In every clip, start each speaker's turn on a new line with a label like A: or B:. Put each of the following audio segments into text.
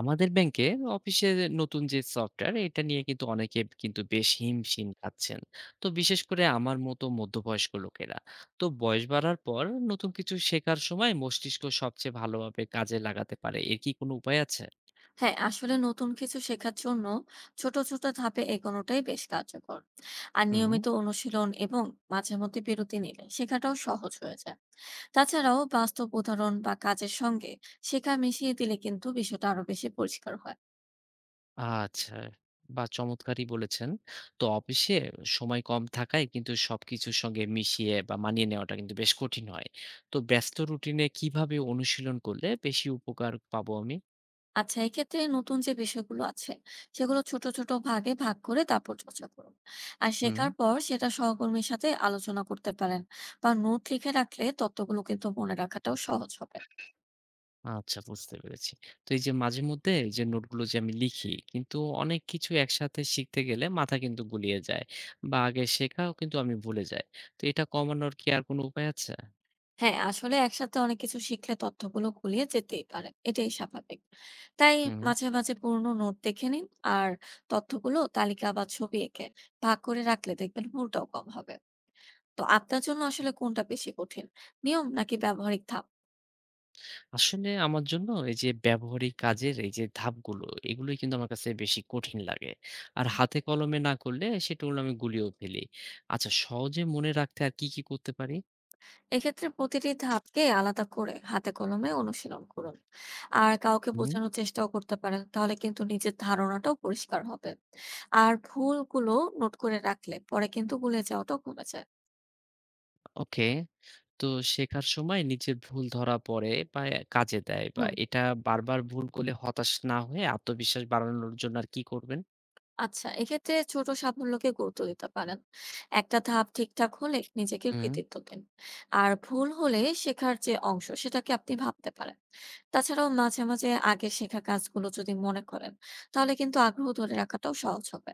A: আমাদের ব্যাংকে অফিসে নতুন যে সফটওয়্যার এটা নিয়ে কিন্তু অনেকে কিন্তু বেশ হিমশিম খাচ্ছেন। তো বিশেষ করে আমার মতো মধ্যবয়স্ক লোকেরা। তো বয়স বাড়ার পর নতুন কিছু শেখার সময় মস্তিষ্ক সবচেয়ে ভালোভাবে কাজে লাগাতে পারে এর কি কোনো উপায় আছে?
B: হ্যাঁ আসলে নতুন কিছু শেখার জন্য ছোট ছোট ধাপে এগোনোটাই বেশ কার্যকর। আর
A: হুম।
B: নিয়মিত অনুশীলন এবং মাঝে মধ্যে বিরতি নিলে শেখাটাও সহজ হয়ে যায়। তাছাড়াও বাস্তব উদাহরণ বা কাজের সঙ্গে শেখা মিশিয়ে দিলে কিন্তু বিষয়টা আরো বেশি পরিষ্কার হয়।
A: আচ্ছা, বা চমৎকারই বলেছেন। তো অফিসে সময় কম থাকায় কিন্তু সবকিছুর সঙ্গে মিশিয়ে বা মানিয়ে নেওয়াটা কিন্তু বেশ কঠিন হয়। তো ব্যস্ত রুটিনে কিভাবে অনুশীলন করলে বেশি উপকার পাবো আমি?
B: আচ্ছা, এক্ষেত্রে নতুন যে বিষয়গুলো আছে সেগুলো ছোট ছোট ভাগে ভাগ করে তারপর চর্চা করুন। আর
A: হুম।
B: শেখার পর সেটা সহকর্মীর সাথে আলোচনা করতে পারেন বা নোট লিখে রাখলে তথ্যগুলো কিন্তু মনে রাখাটাও সহজ হবে।
A: আচ্ছা বুঝতে পেরেছি। তো এই যে মাঝে মধ্যে এই যে নোটগুলো যে আমি লিখি কিন্তু অনেক কিছু একসাথে শিখতে গেলে মাথা কিন্তু গুলিয়ে যায়। বা আগে শেখাও কিন্তু আমি ভুলে যাই। তো এটা কমানোর কি আর কোনো উপায় আছে?
B: হ্যাঁ, আসলে একসাথে অনেক কিছু শিখলে তথ্যগুলো গুলিয়ে যেতেই পারে। এটাই স্বাভাবিক। তাই
A: হুম।
B: মাঝে পুরনো নোট দেখে নিন। আর তথ্যগুলো তালিকা বা ছবি এঁকে ভাগ করে রাখলে দেখবেন ভুলটাও কম হবে। তো আপনার জন্য আসলে কোনটা বেশি কঠিন? নিয়ম নাকি ব্যবহারিক ধাপ?
A: আসলে আমার জন্য এই যে ব্যবহারিক কাজের এই যে ধাপগুলো এগুলোই কিন্তু আমার কাছে বেশি কঠিন লাগে। আর হাতে কলমে না করলে সেটাগুলো আমি গুলিয়েও ফেলি। আচ্ছা সহজে মনে রাখতে আর কি, কি করতে পারি?
B: এক্ষেত্রে প্রতিটি ধাপকে আলাদা করে হাতে কলমে অনুশীলন করুন। আর কাউকে
A: হুম,
B: বোঝানোর চেষ্টাও করতে পারেন। তাহলে কিন্তু নিজের ধারণাটাও পরিষ্কার হবে। আর ভুলগুলো নোট করে রাখলে পরে কিন্তু ভুলে যাওয়াটাও কমে যায়।
A: ওকে। তো শেখার সময় নিজের ভুল ধরা পড়ে বা কাজে দেয় বা
B: হুম।
A: এটা বারবার ভুল করলে হতাশ না হয়ে আত্মবিশ্বাস বাড়ানোর জন্য আর কি করবেন?
B: আচ্ছা, এক্ষেত্রে ছোট সাফল্যকে গুরুত্ব দিতে পারেন। একটা ধাপ ঠিকঠাক হলে নিজেকে
A: হুম।
B: কৃতিত্ব দিন। আর ভুল হলে শেখার যে অংশ সেটাকে আপনি ভাবতে পারেন। তাছাড়াও মাঝে আগের শেখা কাজগুলো যদি মনে করেন, তাহলে কিন্তু আগ্রহ ধরে রাখাটাও সহজ হবে।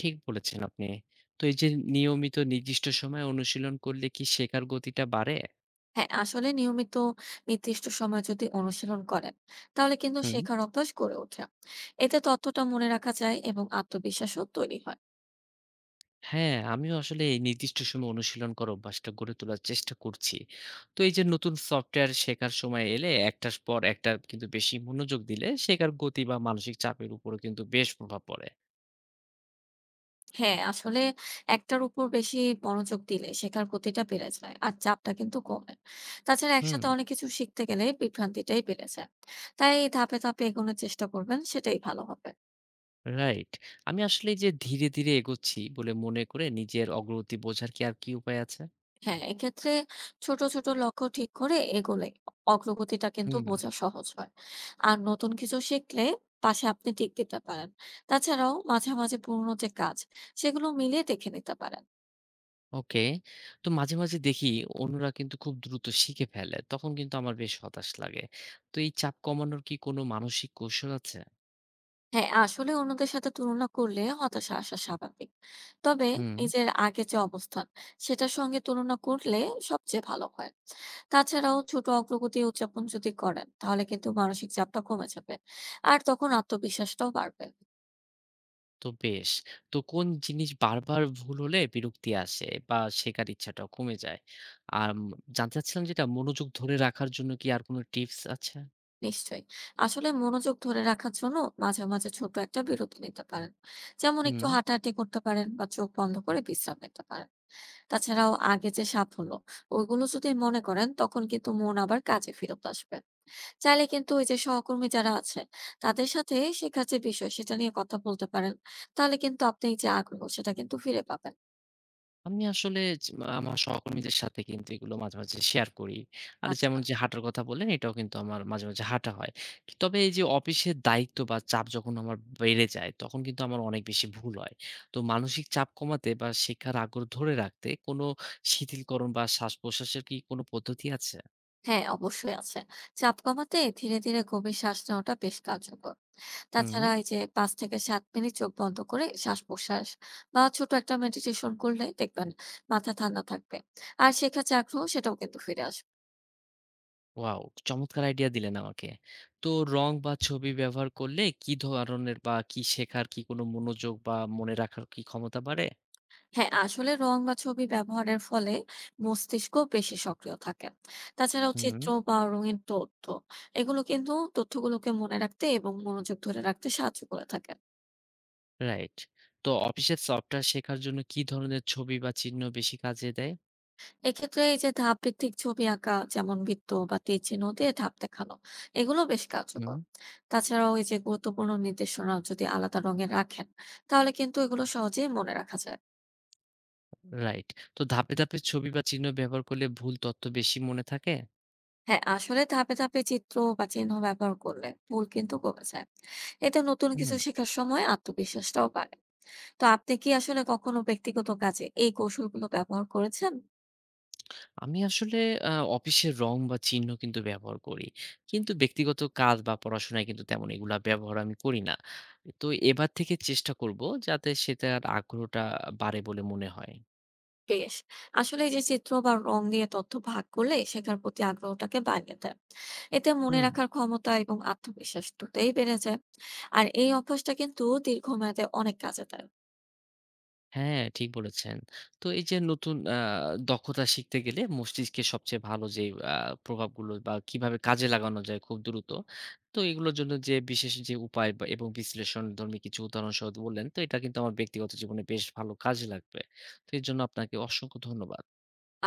A: ঠিক বলেছেন আপনি। তো এই যে নিয়মিত নির্দিষ্ট সময়ে অনুশীলন করলে কি শেখার গতিটা বাড়ে?
B: হ্যাঁ, আসলে নিয়মিত নির্দিষ্ট সময় যদি অনুশীলন করেন, তাহলে কিন্তু
A: হুম।
B: শেখার অভ্যাস গড়ে ওঠে। এতে তথ্যটা মনে রাখা যায় এবং আত্মবিশ্বাসও তৈরি হয়।
A: হ্যাঁ, আমিও আসলে এই নির্দিষ্ট সময় অনুশীলন করার অভ্যাসটা গড়ে তোলার চেষ্টা করছি। তো এই যে নতুন সফটওয়্যার শেখার সময় এলে একটার পর একটা কিন্তু বেশি মনোযোগ দিলে শেখার গতি বা মানসিক চাপের উপরও কিন্তু বেশ প্রভাব পড়ে।
B: হ্যাঁ, আসলে একটার উপর বেশি মনোযোগ দিলে শেখার গতিটা বেড়ে যায় আর চাপটা কিন্তু কমে। তাছাড়া
A: হুম।
B: একসাথে অনেক কিছু শিখতে গেলে বিভ্রান্তিটাই বেড়ে যায়। তাই ধাপে ধাপে এগোনোর চেষ্টা করবেন সেটাই ভালো হবে।
A: রাইট। আমি আসলে এই যে ধীরে, ধীরে এগোচ্ছি বলে মনে করে নিজের অগ্রগতি বোঝার কি আর কি উপায় আছে?
B: হ্যাঁ, এক্ষেত্রে ছোট ছোট লক্ষ্য ঠিক করে এগোলে অগ্রগতিটা কিন্তু
A: হুম।
B: বোঝা সহজ হয়। আর নতুন কিছু শিখলে পাশে আপনি টিক দিতে পারেন। তাছাড়াও মাঝে পুরোনো যে কাজ সেগুলো মিলিয়ে দেখে নিতে পারেন।
A: ওকে। তো মাঝে, মাঝে দেখি অন্যরা কিন্তু খুব দ্রুত শিখে ফেলে। তখন কিন্তু আমার বেশ হতাশ লাগে। তো এই চাপ কমানোর কি কোনো মানসিক কৌশল আছে?
B: হ্যাঁ, আসলে অন্যদের সাথে তুলনা করলে হতাশা আসা স্বাভাবিক। তবে
A: হুম।
B: নিজের আগের যে অবস্থান, সেটার সঙ্গে তুলনা করলে সবচেয়ে ভালো হয়। তাছাড়াও ছোট অগ্রগতি উদযাপন যদি করেন, তাহলে কিন্তু মানসিক চাপটা কমে যাবে। আর তখন আত্মবিশ্বাসটাও বাড়বে।
A: তো বেশ। তো কোন জিনিস বারবার ভুল হলে বিরক্তি আসে বা শেখার ইচ্ছাটাও কমে যায়? আম জানতে চাচ্ছিলাম যেটা মনোযোগ ধরে রাখার জন্য কি আর কোনো টিপস আছে?
B: নিশ্চয়ই। আসলে মনোযোগ ধরে রাখার জন্য মাঝে ছোট একটা বিরতি নিতে পারেন। যেমন একটু
A: হুম।
B: হাঁটাহাঁটি করতে পারেন বা চোখ বন্ধ করে বিশ্রাম নিতে পারেন। তাছাড়াও আগে যে সাফল্য, ওগুলো যদি মনে করেন, তখন কিন্তু মন আবার কাজে ফেরত আসবে। চাইলে কিন্তু ওই যে সহকর্মী যারা আছে তাদের সাথে শেখার যে বিষয় সেটা নিয়ে কথা বলতে পারেন। তাহলে কিন্তু আপনি যে আগ্রহ সেটা কিন্তু ফিরে পাবেন।
A: আমি আসলে য আমার সহকর্মীদের সাথে কিন্তু এগুলো মাঝে, মাঝে শেয়ার করি। আর যেমন
B: আচ্ছা,
A: যে হাঁটার কথা বললেন, এটাও কিন্তু আমার মাঝে, মাঝে হাঁটা হয়। তবে এই যে অফিসের দায়িত্ব বা চাপ যখন আমার বেড়ে যায়, তখন কিন্তু আমার অনেক বেশি ভুল হয়। তো মানসিক চাপ কমাতে বা শেখার আগ্রহ ধরে রাখতে কোনো শিথিলকরণ বা শ্বাস-প্রশ্বাসের কি কোনো পদ্ধতি আছে?
B: হ্যাঁ, অবশ্যই আছে। চাপ কমাতে ধীরে ধীরে গভীর শ্বাস নেওয়াটা বেশ কার্যকর। তাছাড়া
A: হুম,
B: এই যে 5 থেকে 7 মিনিট চোখ বন্ধ করে শ্বাস প্রশ্বাস বা ছোট একটা মেডিটেশন করলে দেখবেন মাথা ঠান্ডা থাকবে। আর শেখার যে আগ্রহ সেটাও কিন্তু ফিরে আসবে।
A: ওয়াও! চমৎকার আইডিয়া দিলেন আমাকে। তো রং বা ছবি ব্যবহার করলে কি ধরনের বা কি শেখার কি কোনো মনোযোগ বা মনে রাখার কি ক্ষমতা বাড়ে?
B: হ্যাঁ, আসলে রং বা ছবি ব্যবহারের ফলে মস্তিষ্ক বেশি সক্রিয় থাকে। তাছাড়াও
A: হুম।
B: চিত্র বা রঙিন তথ্য এগুলো কিন্তু তথ্যগুলোকে মনে রাখতে এবং মনোযোগ ধরে রাখতে সাহায্য করে থাকে।
A: রাইট। তো অফিসের সফটওয়্যার শেখার জন্য কি ধরনের ছবি বা চিহ্ন বেশি কাজে দেয়?
B: এক্ষেত্রে এই যে ধাপ ভিত্তিক ছবি আঁকা, যেমন বৃত্ত বা তীর চিহ্ন দিয়ে ধাপ দেখানো, এগুলো বেশ
A: হুম।
B: কার্যকর। তাছাড়াও এই যে গুরুত্বপূর্ণ নির্দেশনা যদি আলাদা রঙে রাখেন, তাহলে কিন্তু এগুলো সহজেই মনে রাখা যায়।
A: রাইট। তো ধাপে, ধাপে ছবি বা চিহ্ন ব্যবহার করলে ভুল তথ্য বেশি মনে থাকে?
B: হ্যাঁ, আসলে ধাপে ধাপে চিত্র বা চিহ্ন ব্যবহার করলে ভুল কিন্তু কমে যায়। এতে নতুন কিছু
A: হুম।
B: শেখার সময় আত্মবিশ্বাসটাও বাড়ে। তো আপনি কি আসলে কখনো ব্যক্তিগত কাজে এই কৌশলগুলো ব্যবহার করেছেন?
A: আমি আসলে আ অফিসের রং বা চিহ্ন কিন্তু ব্যবহার করি। কিন্তু ব্যক্তিগত কাজ বা পড়াশোনায় কিন্তু তেমন এগুলা ব্যবহার আমি করি না। তো এবার থেকে চেষ্টা করব যাতে সেটার আগ্রহটা বাড়ে বলে মনে হয়।
B: বেশ। আসলে এই যে চিত্র বা রং দিয়ে তথ্য ভাগ করলে শেখার প্রতি আগ্রহটাকে বাড়িয়ে দেয়। এতে মনে
A: হুম।
B: রাখার ক্ষমতা এবং আত্মবিশ্বাস দুটোই বেড়ে যায়। আর এই অভ্যাসটা কিন্তু দীর্ঘমেয়াদে অনেক কাজে দেয়।
A: হ্যাঁ, ঠিক বলেছেন। তো এই যে নতুন দক্ষতা শিখতে গেলে মস্তিষ্কের সবচেয়ে ভালো যে আ প্রভাবগুলো বা কিভাবে কাজে লাগানো যায় খুব দ্রুত। তো এগুলোর জন্য যে বিশেষ যে উপায় বা এবং বিশ্লেষণধর্মী কিছু উদাহরণ সহ বললেন, তো এটা কিন্তু আমার ব্যক্তিগত জীবনে বেশ ভালো কাজে লাগবে। তো এর জন্য আপনাকে অসংখ্য ধন্যবাদ।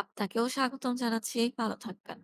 B: আপনাকেও স্বাগতম জানাচ্ছি। ভালো থাকবেন।